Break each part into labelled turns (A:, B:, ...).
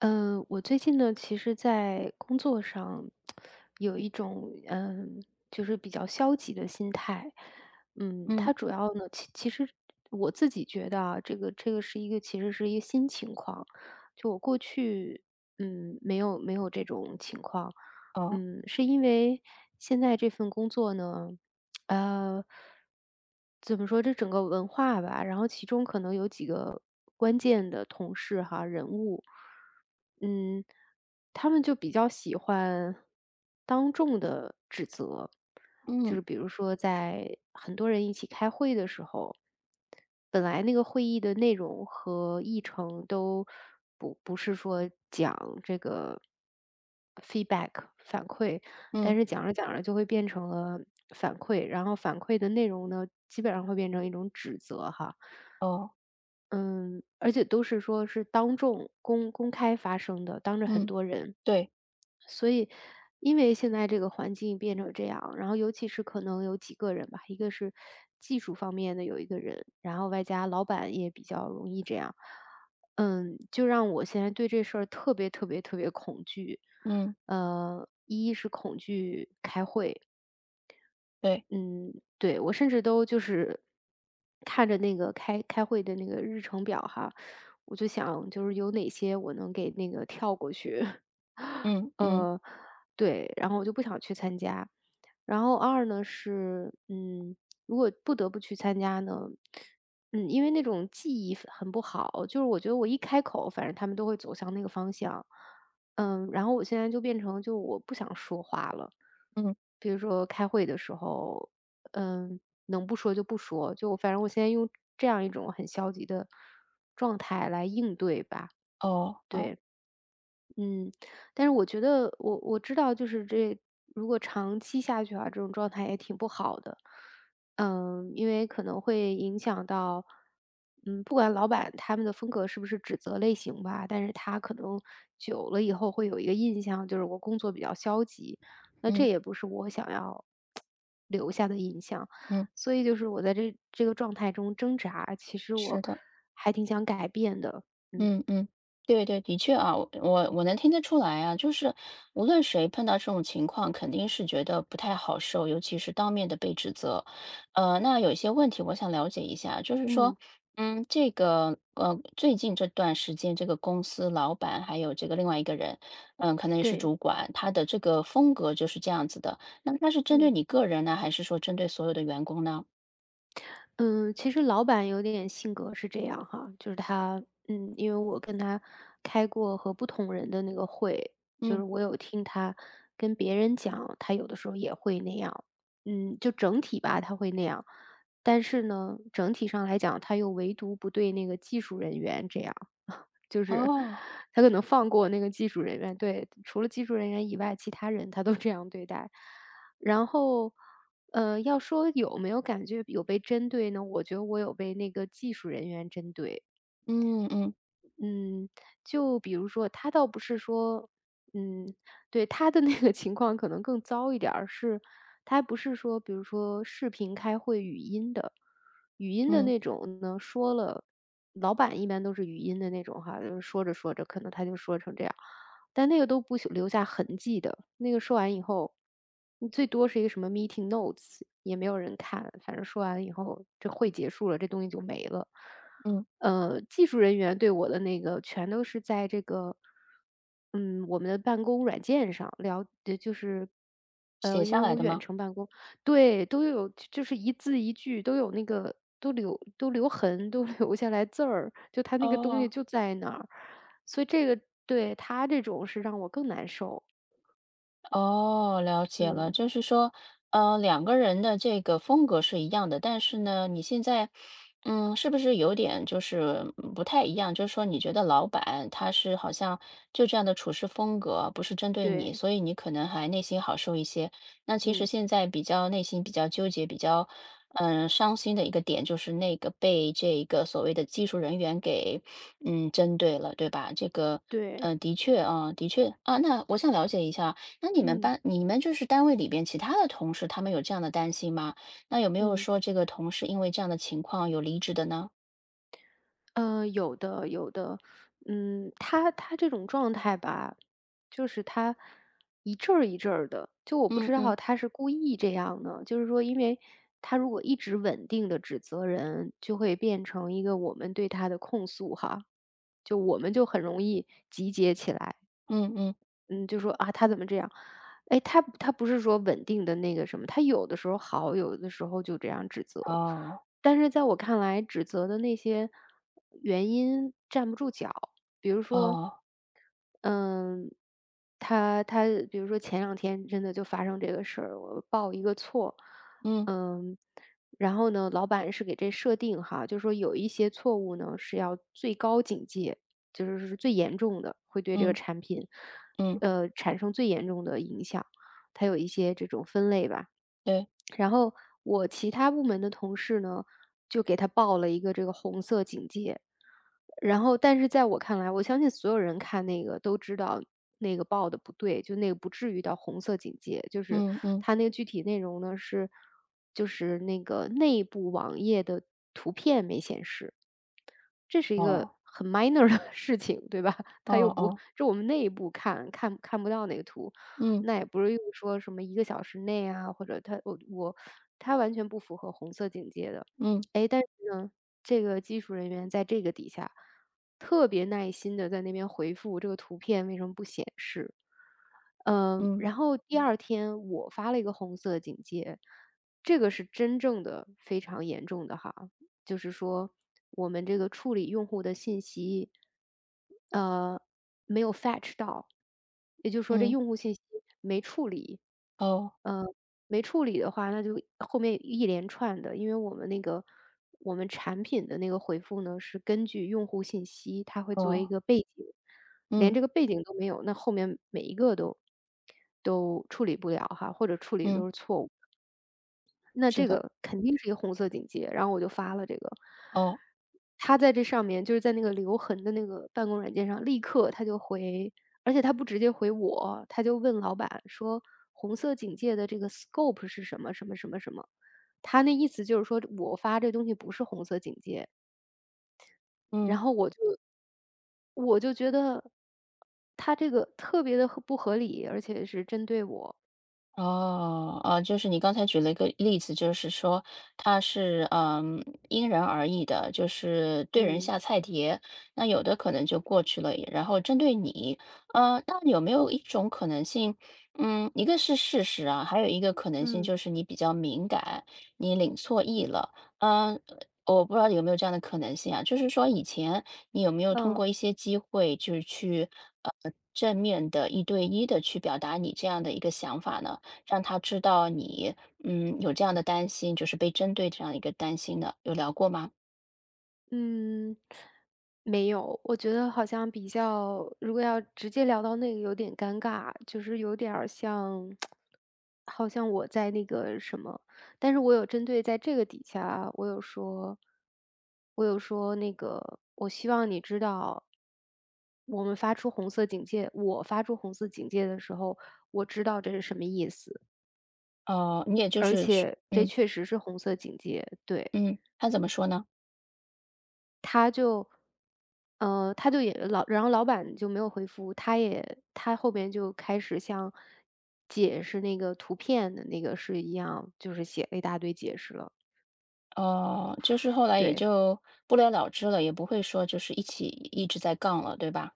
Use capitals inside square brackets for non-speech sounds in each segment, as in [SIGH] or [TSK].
A: 嗯，我最近呢，其实在工作上有一种就是比较消极的心态。
B: 嗯，
A: 它主要呢，其实我自己觉得啊，这个是其实是一个新情况。就我过去没有这种情况。
B: 哦，
A: 是因为现在这份工作呢，呃，怎么说这整个文化吧，然后其中可能有几个关键的同事哈，人物，嗯，他们就比较喜欢当众的指责，就
B: 嗯，
A: 是比如说在很多人一起开会的时候，本来那个会议的内容和议程都不是说讲这个feedback 反馈。
B: 嗯，
A: 但是讲着讲着就会变成了反馈，然后反馈的内容呢，基本上会变成一种指责哈。
B: 哦，
A: 嗯，而且都是说是当众公开发生的，当着很
B: 嗯，
A: 多人。
B: 对，
A: 所以因为现在这个环境变成这样，然后尤其是可能有几个人吧，一个是技术方面的有一个人，然后外加老板也比较容易这样。就让我现在对这事儿特别特别特别恐惧。
B: 嗯，
A: 一是恐惧开会，
B: 对，
A: 嗯，对，我甚至都就是看着那个开会的那个日程表哈，我就想就是有哪些我能给那个跳过去，[LAUGHS]
B: 嗯，嗯，
A: 呃，对，然后我就不想去参加。然后二呢是，如果不得不去参加呢，因为那种记忆很不好，就是我觉得我一开口，反正他们都会走向那个方向。然后我现在就变成就我不想说话了。
B: 嗯，
A: 比如说开会的时候，嗯，能不说就不说，就反正我现在用这样一种很消极的状态来应对吧，
B: 哦，好，
A: 对。嗯，但是我觉得我知道就是这如果长期下去啊，这种状态也挺不好的。因为可能会影响到，不管老板他们的风格是不是指责类型吧，但是他可能久了以后会有一个印象，就是我工作比较消极，那这
B: 嗯，
A: 也不是我想要 [TSK] 留下的印象。
B: 嗯，
A: 所以就是我在这个状态中挣扎，其实
B: 是
A: 我
B: 的。
A: 还挺想改变的。嗯
B: 嗯嗯，对对，的确啊，我能听得出来啊，就是无论谁碰到这种情况，肯定是觉得不太好受，尤其是当面的被指责。那有一些问题我想了解一下，就是说，
A: 嗯，
B: 这个最近这段时间，这个公司老板还有这个另外一个人，可能也是
A: 对，
B: 主管，他的这个风格就是这样子的。那他是针对
A: 嗯。
B: 你个人呢，还是说针对所有的员工呢？
A: 嗯，其实老板有点性格是这样哈，就是他，因为我跟他开过和不同人的那个会，就是
B: 嗯，
A: 我有听他跟别人讲，他有的时候也会那样，就整体吧，他会那样，但是呢，整体上来讲，他又唯独不对那个技术人员这样。就是
B: 哦，
A: 他可能放过那个技术人员，对，除了技术人员以外，其他人他都这样对待。然后，要说有没有感觉有被针对呢？我觉得我有被那个技术人员针对，
B: 嗯嗯
A: 嗯，就比如说他倒不是说嗯，对，他的那个情况可能更糟一点儿，是他不是说比如说视频开会语音的，语音的
B: 嗯
A: 那种呢，说了老板一般都是语音的那种哈，就是说着说着，可能他就说成这样。但那个都不留下痕迹的，那个说完以后，你最多是一个什么 meeting notes，也没有人看，反正说完以后，这会结束了，这东西就没了。
B: 嗯，
A: 技术人员对我的那个全都是在这个，我们的办公软件上聊，
B: 写
A: 因
B: 下
A: 为
B: 来
A: 我
B: 的
A: 远
B: 吗？
A: 程办公，对，都有，就是一字一句都有那个，都留痕，都 [LAUGHS] 留下来字儿，就他那个东西
B: 哦。
A: 就在那儿。所以这个，对，他这种是让我更难受。
B: 哦，了解了，
A: 嗯，
B: 就是说，两个人的这个风格是一样的，但是呢，你现在，是不是有点就是不太一样？就是说，你觉得老板他是好像就这样的处事风格，不是针对你，
A: 对，
B: 所以你可能还内心好受一些。那其实
A: 嗯，
B: 现在比较内心比较纠结、比较伤心的一个点，就是那个被这个所谓的技术人员给针对了，对吧？这个。
A: 对，
B: 的确啊，的确啊，那我想了解一下，那
A: 嗯，
B: 你们就是单位里边其他的同事，他们有这样的担心吗？那有没有
A: 嗯，
B: 说这个同事因为这样的情况有离职的呢？
A: 有的，有的。他这种状态吧，就是他一阵儿一阵儿的，就我不
B: 嗯
A: 知道
B: 嗯
A: 他是故意这样呢，就是说因为他如果一直稳定的指责人，就会变成一个我们对他的控诉哈，就我们就很容易集结起来。
B: 嗯嗯，
A: 嗯，就说："啊，他怎么这样？"哎，他不是说稳定的那个什么，他有的时候好，有的时候就这样指责。
B: 哦
A: 但是在我看来，指责的那些原因站不住脚。比如说，
B: 哦，
A: 嗯，他比如说前两天真的就发生这个事儿，我报一个错，
B: 嗯
A: 嗯，然后呢，老板是给这设定哈，就是说有一些错误呢是要最高警戒，就是最严重的，会对这个
B: 嗯
A: 产品，
B: 嗯，
A: 产生最严重的影响。它有一些这种分类吧，
B: 对，
A: 然后我其他部门的同事呢，就给他报了一个这个红色警戒。然后，但是在我看来，我相信所有人看那个都知道那个报的不对，就那个不至于到红色警戒。就是
B: 嗯嗯，
A: 它那个具体内容呢是，就是那个内部网页的图片没显示，这是一个
B: 哦
A: 很 minor 的 [LAUGHS] 事情，对吧？它又
B: 哦
A: 不
B: 哦，
A: 就我们内部看看看不到那个图，
B: 嗯
A: 那也不是又说什么一个小时内啊，或者它我我它完全不符合红色警戒的。
B: 嗯
A: 哎，但是呢，这个技术人员在这个底下，特别耐心的在那边回复这个图片为什么不显示。
B: 嗯
A: 然后第二天我发了一个红色警戒，这个是真正的非常严重的哈。就是说我们这个处理用户的信息，呃，没有 fetch 到，也就是说这
B: 嗯，
A: 用户信息没处理，
B: 哦
A: 呃，没处理的话，那就后面一连串的，因为我们产品的那个回复呢，是根据用户信息，它会作为一
B: 哦，
A: 个背景，连
B: 嗯
A: 这个背景都没有，那后面每一个都处理不了哈，或者处理
B: 嗯，
A: 都是错误。那
B: 是
A: 这
B: 的，
A: 个肯定是一个红色警戒，然后我就发了这个。
B: 哦
A: 他在这上面就是在那个留痕的那个办公软件上，立刻他就回，而且他不直接回我，他就问老板说："红色警戒的这个 scope 是什么什么什么什么？"他那意思就是说我发这东西不是红色警戒，
B: 嗯。
A: 然后我就觉得他这个特别的不合理，而且是针对我，
B: 哦，就是你刚才举了一个例子，就是说它是因人而异的，就是对人
A: 嗯。
B: 下菜碟，那有的可能就过去了，然后针对你，那有没有一种可能性，一个是事实啊，还有一个可能性
A: 嗯。
B: 就是你比较敏感，你领错意了，嗯。我不知道有没有这样的可能性啊，就是说以前你有没有通
A: 嗯。
B: 过一些机会，就是去呃正面的一对一的去表达你这样的一个想法呢？让他知道你，有这样的担心，就是被针对这样一个担心的，有聊过吗？
A: 嗯，没有，我觉得好像比较如果要直接聊到那个有点尴尬，就是有点儿像好像我在那个什么，但是我有针对在这个底下，我有说那个，我希望你知道，我发出红色警戒的时候，我知道这是什么意思，
B: 哦，你也就
A: 而
B: 是去
A: 且这确实是红色警戒，对。
B: 嗯，他怎么说呢？
A: 他就呃，他就也老然后老板就没有回复，他后边就开始像解释那个图片的那个是一样，就是写了一大堆解释了。
B: 哦，就是后来也
A: 对。
B: 就不了了之了，也不会说就是一起一直在杠了，对吧？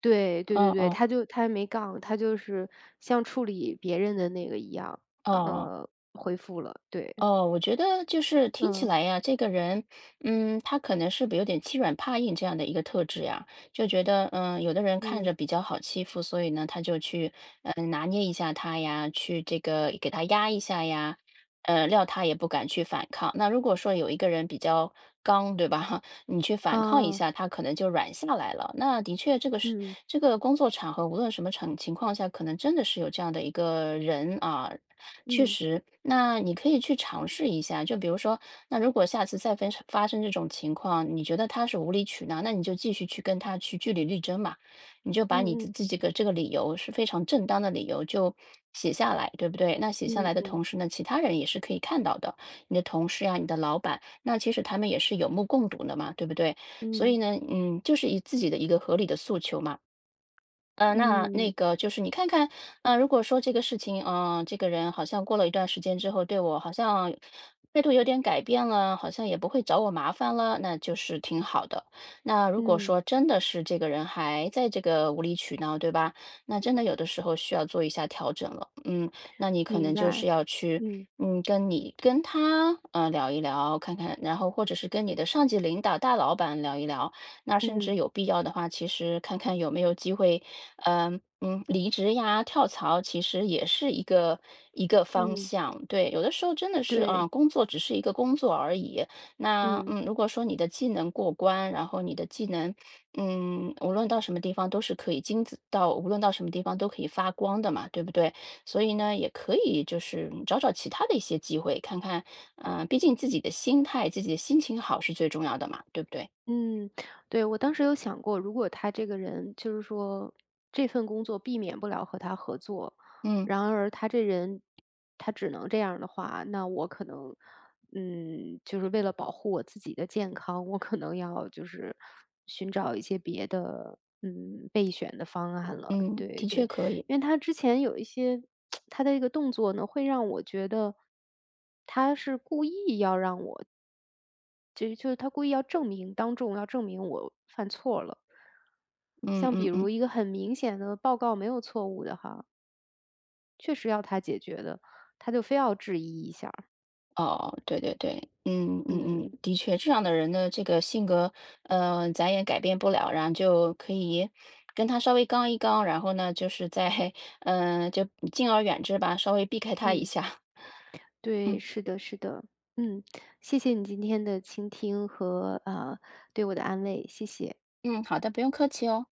A: 对，对对
B: 哦
A: 对，
B: 哦，
A: 他没杠，他就是像处理别人的那个一样，
B: 哦哦。
A: 呃，回复了，对，
B: 哦，我觉得就是听起
A: 嗯，
B: 来呀，这个人，他可能是不是有点欺软怕硬这样的一个特质呀？就觉得，有的人看
A: 嗯，
B: 着比较好欺负，所以呢，他就去，拿捏一下他呀，去这个给他压一下呀，料他也不敢去反抗。那如果说有一个人比较刚，对吧？[LAUGHS] 你去反抗一
A: 啊，
B: 下，他可能就软下来了。那的确，这个是
A: 嗯，
B: 这个工作场合，无论什么场情况下，可能真的是有这样的一个人啊，确
A: 嗯，
B: 实，那你可以去尝试一下，就比如说，那如果下次再发生这种情况，你觉得他是无理取闹，那你就继续去跟他去据理力争嘛，你就把你
A: 嗯
B: 自
A: 嗯
B: 自己的这个理由是非常正当的理由就写下来，对不对？那写下来的
A: 嗯
B: 同时呢，其他人也是可以看到的，你的同事呀、你的老板，那其实他们也是有目共睹的嘛，对不对？所
A: 嗯
B: 以
A: 嗯
B: 呢，就是以自己的一个合理的诉求嘛。那那
A: 嗯，
B: 个就是你看看，如果说这个事情，这个人好像过了一段时间之后，对我好像态度有点改变了，好像也不会找我麻烦了，那就是挺好的。那如果
A: 嗯
B: 说真的是这个人还在这个无理取闹，对吧？那真的有的时候需要做一下调整了。嗯，那你可
A: 明
B: 能就是
A: 白，
B: 要去，
A: 嗯
B: 跟他聊一聊，看看，然后或者是跟你的上级领导、大老板聊一聊。那甚至
A: 嗯
B: 有必要的话，其实看看有没有机会，离职呀、跳槽，其实也是一个方
A: 嗯，
B: 向。对，有的时候真的是啊，
A: 对，
B: 工作只是一个工作而已。那
A: 嗯。
B: 如果说你的技能过关，然后你的技能，无论到什么地方都是可以金子到，无论到什么地方都可以发光的嘛，对不对？所以呢，也可以就是找找其他的一些机会，看看，毕竟自己的心态、自己的心情好是最重要的嘛，对不对？
A: 嗯，对，我当时有想过，如果他这个人就是说这份工作避免不了和他合作，
B: 嗯。
A: 然而他这人他只能这样的话，那我可能，就是为了保护我自己的健康，我可能要就是寻找一些别的，备选的方案了，
B: 嗯，
A: 对
B: 的确
A: 对。
B: 可以。
A: 因为他之前有一些 [TSK] 他的一个动作呢，会让我觉得他是故意要让我就是他故意要证明当众要证明我犯错了。
B: 嗯
A: 像比
B: 嗯嗯，
A: 如一个很明显的报告没有错误的哈，确实要他解决的，他就非要质疑一下儿，
B: 哦，对对对，嗯
A: 嗯，
B: 嗯嗯，的确，这样的人的这个性格，咱也改变不了，然后就可以跟他稍微刚一刚，然后呢，就是在，[LAUGHS] 就敬而远之吧，稍微避开他一
A: 嗯，
B: 下。[LAUGHS]
A: 对，
B: 嗯
A: 是的，是的。嗯，谢谢你今天的倾听和，对我的安慰，谢谢。
B: 嗯，好的，不用客气哦。